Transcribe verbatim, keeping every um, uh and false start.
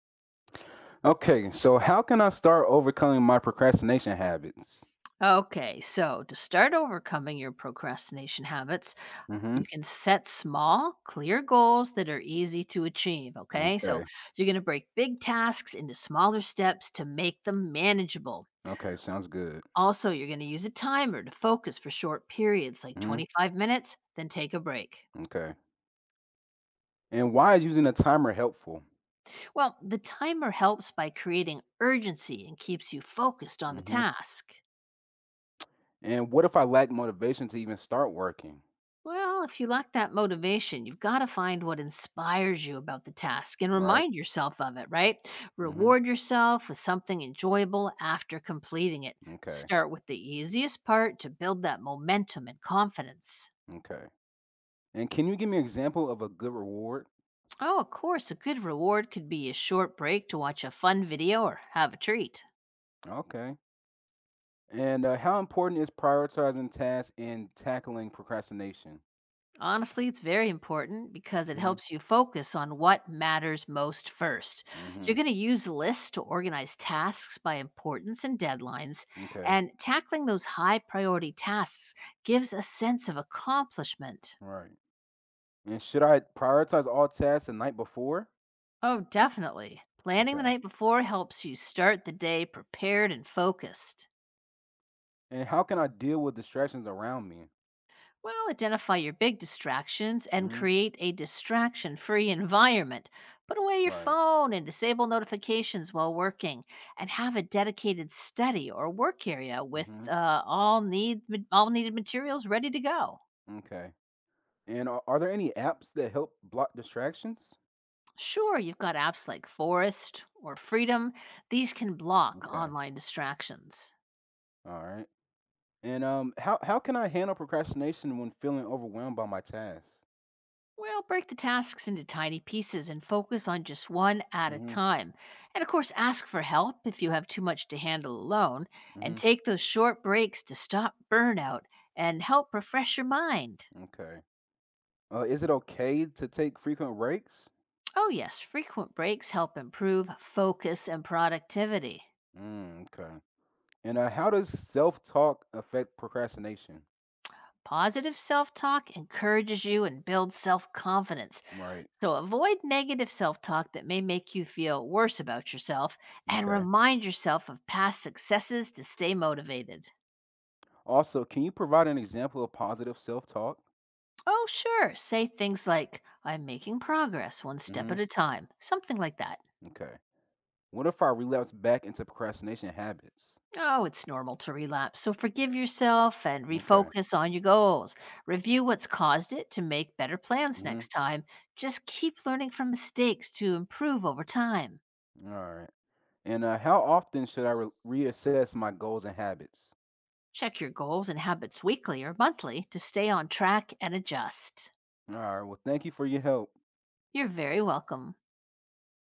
Okay, so how can I start overcoming my procrastination habits? Okay, so to start overcoming your procrastination habits, hmm you can set small, clear goals that are easy to achieve. Okay, so Okay. you're going to break big tasks into smaller steps to make them manageable. Okay, sounds good. Also, you're going to use a timer to focus for short periods, like hmm twenty-five minutes, then take a break. Okay. And why is using a timer helpful? Well, the timer helps by creating urgency and keeps you focused on the hmm task. And what if I lack motivation to even start working? Well, if you lack that motivation, you've got to find what inspires you about the task and Right? remind yourself of it, right? hmm Reward yourself with something enjoyable after completing it. Okay. Start with the easiest part to build that momentum and confidence. Okay. And can you give me an example of a good reward? Oh, of course, a good reward could be a short break to watch a fun video or have a treat. Okay. And uh, how important is prioritizing tasks and tackling procrastination? Honestly, it's very important because it hmm helps you focus on what matters most first. You're hmm going to use lists to organize tasks by importance and deadlines, Okay. and tackling those high priority tasks gives a sense of accomplishment. Right. And should I prioritize all tasks the night before? Oh, definitely. Planning the Okay. night before helps you start the day prepared and focused. And how can I deal with distractions around me? Well, identify your big distractions and Mhm. create a distraction free environment. Put away your Right. phone and disable notifications while working, and have a dedicated study or work area with Mhm. uh, all, need, all needed materials ready to go. Okay. And are, are there any apps that help block distractions? Sure, you've got apps like Forest or Freedom, these can block Okay. online distractions. All right. And um how how can I handle procrastination when feeling overwhelmed by my tasks? Well, break the tasks into tiny pieces and focus on just one at a Mhm. time. And of course, ask for help if you have too much to handle alone, and Mhm. take those short breaks to stop burnout and help refresh your mind. Okay. Uh is it okay to take frequent breaks? Oh, yes, frequent breaks help improve focus and productivity. Mm, okay. And uh, how does self-talk affect procrastination? Positive self talk encourages you and builds self confidence. Right. So avoid negative self talk that may make you feel worse about yourself and Okay. remind yourself of past successes to stay motivated. Also, can you provide an example of positive self-talk? Oh, sure. Say things like, I'm making progress one step at Mhm. a time, something like that. Okay. What if I relapse back into procrastination habits? Oh, it's normal to relapse. So forgive yourself and Okay. refocus on your goals. Review what's caused it to make better plans Mhm. next time. Just keep learning from mistakes to improve over time. Alright. And, uh, how often should I re reassess my goals and habits? Check your goals and habits weekly or monthly to stay on track and adjust. Alright, well, thank you for your help. You're very welcome.